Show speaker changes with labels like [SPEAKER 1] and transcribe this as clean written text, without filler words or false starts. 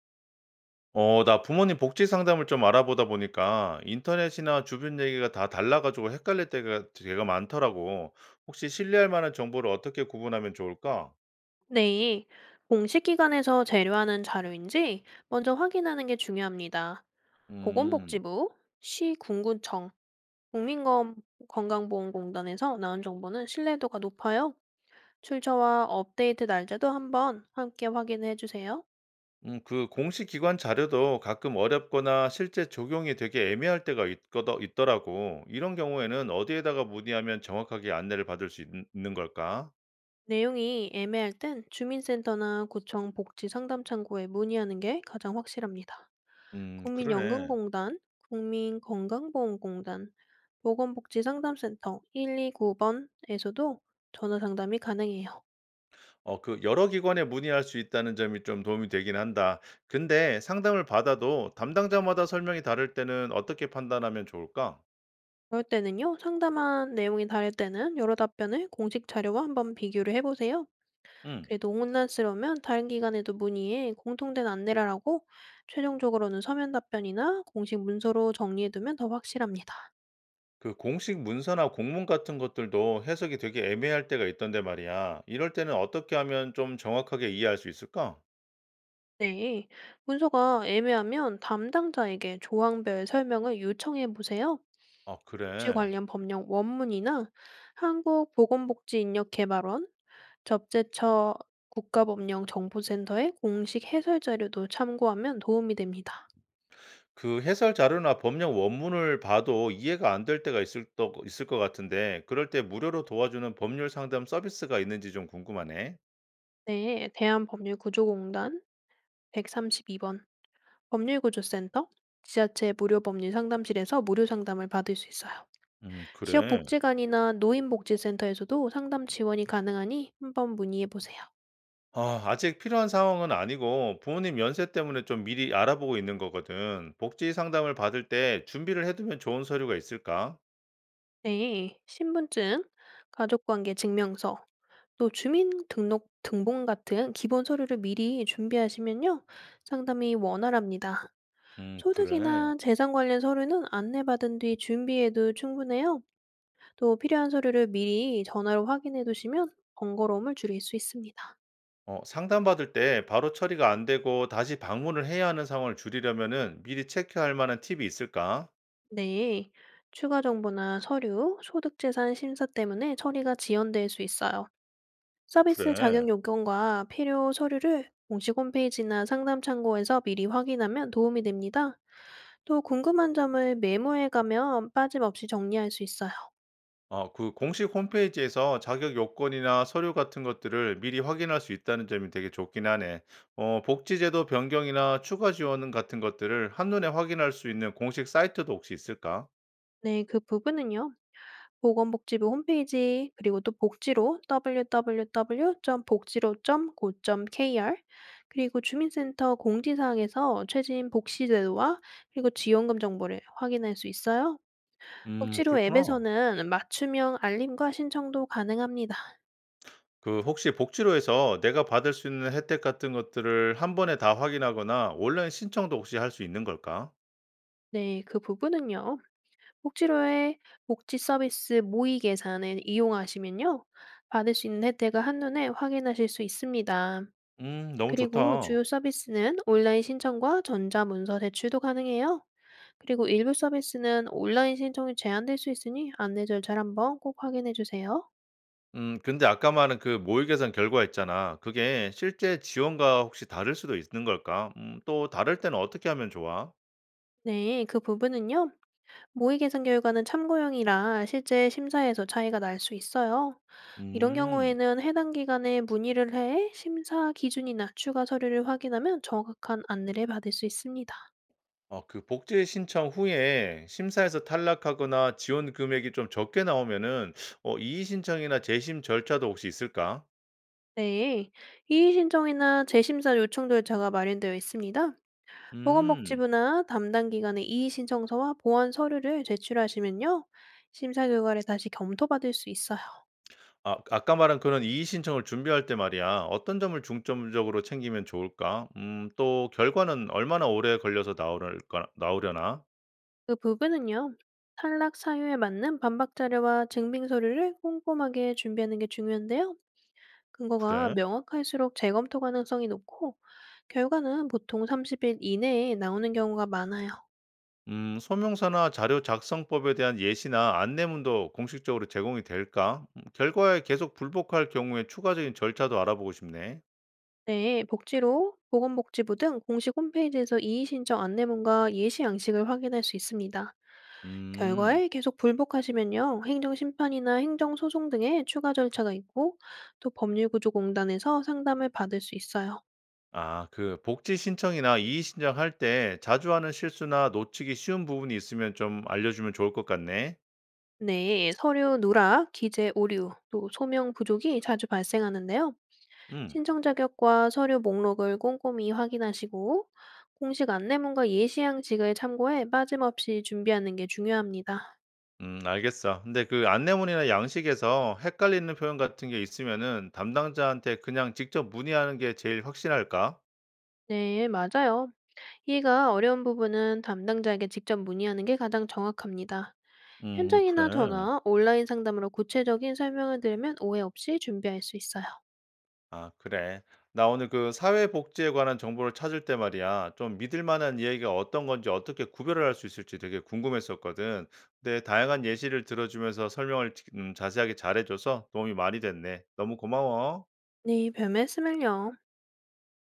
[SPEAKER 1] 나 부모님 복지 상담을 좀 알아보다 보니까 인터넷이나 주변 얘기가 다 달라가지고 헷갈릴 때가 되게 많더라고. 혹시 신뢰할 만한 정보를 어떻게 구분하면 좋을까?
[SPEAKER 2] 네, 공식 기관에서 재료하는 자료인지 먼저 확인하는 게 중요합니다.
[SPEAKER 1] 음,
[SPEAKER 2] 보건복지부, 시 군구청, 국민건강보험공단에서 나온 정보는 신뢰도가 높아요. 출처와 업데이트 날짜도 한번 함께 확인해 주세요.
[SPEAKER 1] 그 공식 기관 자료도 가끔 어렵거나 실제 적용이 되게 애매할 때가 있거더, 있더라고. 이런 경우에는 어디에다가 문의하면 정확하게 안내를 받을 수 는 걸까?
[SPEAKER 2] 내용이 애매할 땐 주민센터나 구청 복지 상담 창구에 문의하는 게 가장 확실합니다.
[SPEAKER 1] 그러네.
[SPEAKER 2] 국민연금공단, 국민건강보험공단, 보건복지상담센터 129번에서도 전화 상담이 가능해요.
[SPEAKER 1] 그 여러 기관에 문의할 수 있다는 점이 좀 도움이 되긴 한다. 근데 상담을 받아도 담당자마다 설명이 다를 때는 어떻게 판단하면 좋을까?
[SPEAKER 2] 그럴 때는요, 상담한 내용이 다를 때는 여러 답변을 공식 자료와 한번 비교를 해보세요.
[SPEAKER 1] 음.
[SPEAKER 2] 그래도 혼란스러우면 다른 기관에도 문의해 공통된 안내를 하고 최종적으로는 서면 답변이나 공식 문서로 정리해두면 더 확실합니다.
[SPEAKER 1] 그 공식 문서나 공문 같은 것들도 해석이 되게 애매할 때가 있던데 말이야. 이럴 때는 어떻게 하면 좀 정확하게 이해할 수 있을까?
[SPEAKER 2] 네, 문서가 애매하면 담당자에게 조항별 설명을 요청해 보세요. 혹
[SPEAKER 1] 아,
[SPEAKER 2] 지
[SPEAKER 1] 그래.
[SPEAKER 2] 관련 법령 원문이나 한국보건복지인력개발원, 접재처 국가법령정보센터의 공식 해설 자료도 참고하면 도움이 됩니다.
[SPEAKER 1] 그 해설 자료나 법령 원문을 봐도 이해가 안 될 때가 있을 것 같은데, 그럴 때 무료로 도와주는 법률 상담 서비스가 있는지 좀 궁금하네.
[SPEAKER 2] 네, 대한법률구조공단 132번 법률구조센터 지자체 무료법률상담실에서 무료 상담을 받을 수 있어요.
[SPEAKER 1] 그래.
[SPEAKER 2] 지역복지관이나 노인복지센터에서도 상담 지원이 가능하니 한번 문의해 보세요.
[SPEAKER 1] 아직 필요한 상황은 아니고 부모님 연세 때문에 좀 미리 알아보고 있는 거거든. 복지 상담을 받을 때 준비를 해 두면 좋은 서류가 있을까?
[SPEAKER 2] 네, 신분증, 가족관계 증명서, 또 주민등록 등본 같은 기본 서류를 미리 준비하시면요. 상담이 원활합니다.
[SPEAKER 1] 그래.
[SPEAKER 2] 소득이나 재산 관련 서류는 안내받은 뒤 준비해도 충분해요. 또 필요한 서류를 미리 전화로 확인해 두시면 번거로움을 줄일 수 있습니다.
[SPEAKER 1] 상담받을 때 바로 처리가 안 되고 다시 방문을 해야 하는 상황을 줄이려면은 미리 체크할 만한 팁이 있을까?
[SPEAKER 2] 네, 추가 정보나 서류, 소득재산 심사 때문에 처리가 지연될 수 있어요. 서비스
[SPEAKER 1] 그래.
[SPEAKER 2] 자격 요건과 필요 서류를 공식 홈페이지나 상담 창고에서 미리 확인하면 도움이 됩니다. 또 궁금한 점을 메모해 가면 빠짐없이 정리할 수 있어요.
[SPEAKER 1] 그 공식 홈페이지에서 자격 요건이나 서류 같은 것들을 미리 확인할 수 있다는 점이 되게 좋긴 하네. 복지제도 변경이나 추가 지원 같은 것들을 한눈에 확인할 수 있는 공식 사이트도 혹시 있을까?
[SPEAKER 2] 네, 그 부분은요. 보건복지부 홈페이지 그리고 또 복지로 w w w 복지로고 k r 그리고 주민센터 공지사항에서 최신 복지제도와 그리고 지원금 정보를 확인할 수 있어요. 복지로
[SPEAKER 1] 그렇구나.
[SPEAKER 2] 앱에서는 맞춤형 알림과 신청도 가능합니다.
[SPEAKER 1] 그 혹시 복지로에서 내가 받을 수 있는 혜택 같은 것들을 한 번에 다 확인하거나 온라인 신청도 혹시 할 수 있는 걸까?
[SPEAKER 2] 네, 그 부분은요. 복지로의 복지 서비스 모의 계산을 이용하시면요. 받을 수 있는 혜택을 한눈에 확인하실 수 있습니다.
[SPEAKER 1] 너무
[SPEAKER 2] 그리고
[SPEAKER 1] 좋다.
[SPEAKER 2] 주요 서비스는 온라인 신청과 전자문서 제출도 가능해요. 그리고 일부 서비스는 온라인 신청이 제한될 수 있으니 안내 절차를 한번 꼭 확인해 주세요.
[SPEAKER 1] 근데 아까 말한 그 모의 계산 결과 있잖아. 그게 실제 지원과 혹시 다를 수도 있는 걸까? 또 다를 때는 어떻게 하면 좋아?
[SPEAKER 2] 네, 그 부분은요. 모의 계산 결과는 참고용이라 실제 심사에서 차이가 날 수 있어요. 이런
[SPEAKER 1] 음.
[SPEAKER 2] 경우에는 해당 기관에 문의를 해 심사 기준이나 추가 서류를 확인하면 정확한 안내를 받을 수 있습니다.
[SPEAKER 1] 그 복지 신청 후에 심사에서 탈락하거나 지원 금액이 좀 적게 나오면은 이의 신청이나 재심 절차도 혹시 있을까?
[SPEAKER 2] 네, 이의신청이나 재심사 요청 절차가 마련되어 있습니다.
[SPEAKER 1] 음.
[SPEAKER 2] 보건복지부나 담당 기관의 이의신청서와 보완 서류를 제출하시면요. 심사 결과를 다시 검토받을 수 있어요.
[SPEAKER 1] 아까 말한 그런 이의 신청을 준비할 때 말이야. 어떤 점을 중점적으로 챙기면 좋을까? 또 결과는 얼마나 오래 걸려서 나오랄나 나오려나?
[SPEAKER 2] 그 부분은요. 탈락 사유에 맞는 반박 자료와 증빙 서류를 꼼꼼하게 준비하는 게 중요한데요. 근거가
[SPEAKER 1] 그래?
[SPEAKER 2] 명확할수록 재검토 가능성이 높고 결과는 보통 30일 이내에 나오는 경우가 많아요.
[SPEAKER 1] 소명서나 자료 작성법에 대한 예시나 안내문도 공식적으로 제공이 될까? 결과에 계속 불복할 경우에 추가적인 절차도 알아보고 싶네.
[SPEAKER 2] 네, 복지로 보건복지부 등 공식 홈페이지에서 이의신청 안내문과 예시 양식을 확인할 수 있습니다.
[SPEAKER 1] 음,
[SPEAKER 2] 결과에 계속 불복하시면요, 행정심판이나 행정소송 등의 추가 절차가 있고, 또 법률구조공단에서 상담을 받을 수 있어요.
[SPEAKER 1] 그 복지 신청이나 이의 신청할 때 자주 하는 실수나 놓치기 쉬운 부분이 있으면 좀 알려주면 좋을 것 같네.
[SPEAKER 2] 네, 서류 누락, 기재 오류, 또 소명 부족이 자주 발생하는데요.
[SPEAKER 1] 음,
[SPEAKER 2] 신청 자격과 서류 목록을 꼼꼼히 확인하시고, 공식 안내문과 예시양식을 참고해 빠짐없이 준비하는 게 중요합니다.
[SPEAKER 1] 알겠어. 근데 그 안내문이나 양식에서 헷갈리는 표현 같은 게 있으면은 담당자한테 그냥 직접 문의하는 게 제일 확실할까?
[SPEAKER 2] 네, 맞아요. 이해가 어려운 부분은 담당자에게 직접 문의하는 게 가장 정확합니다. 현장이나
[SPEAKER 1] 그래.
[SPEAKER 2] 전화, 온라인 상담으로 구체적인 설명을 들으면 오해 없이 준비할 수 있어요.
[SPEAKER 1] 아, 그래. 나 오늘 그 사회복지에 관한 정보를 찾을 때 말이야. 좀 믿을 만한 이야기가 어떤 건지 어떻게 구별을 할 수 있을지 되게 궁금했었거든. 근데 다양한 예시를 들어주면서 설명을 자세하게 잘해줘서 도움이 많이 됐네. 너무 고마워.
[SPEAKER 2] 네, 별 말씀을요.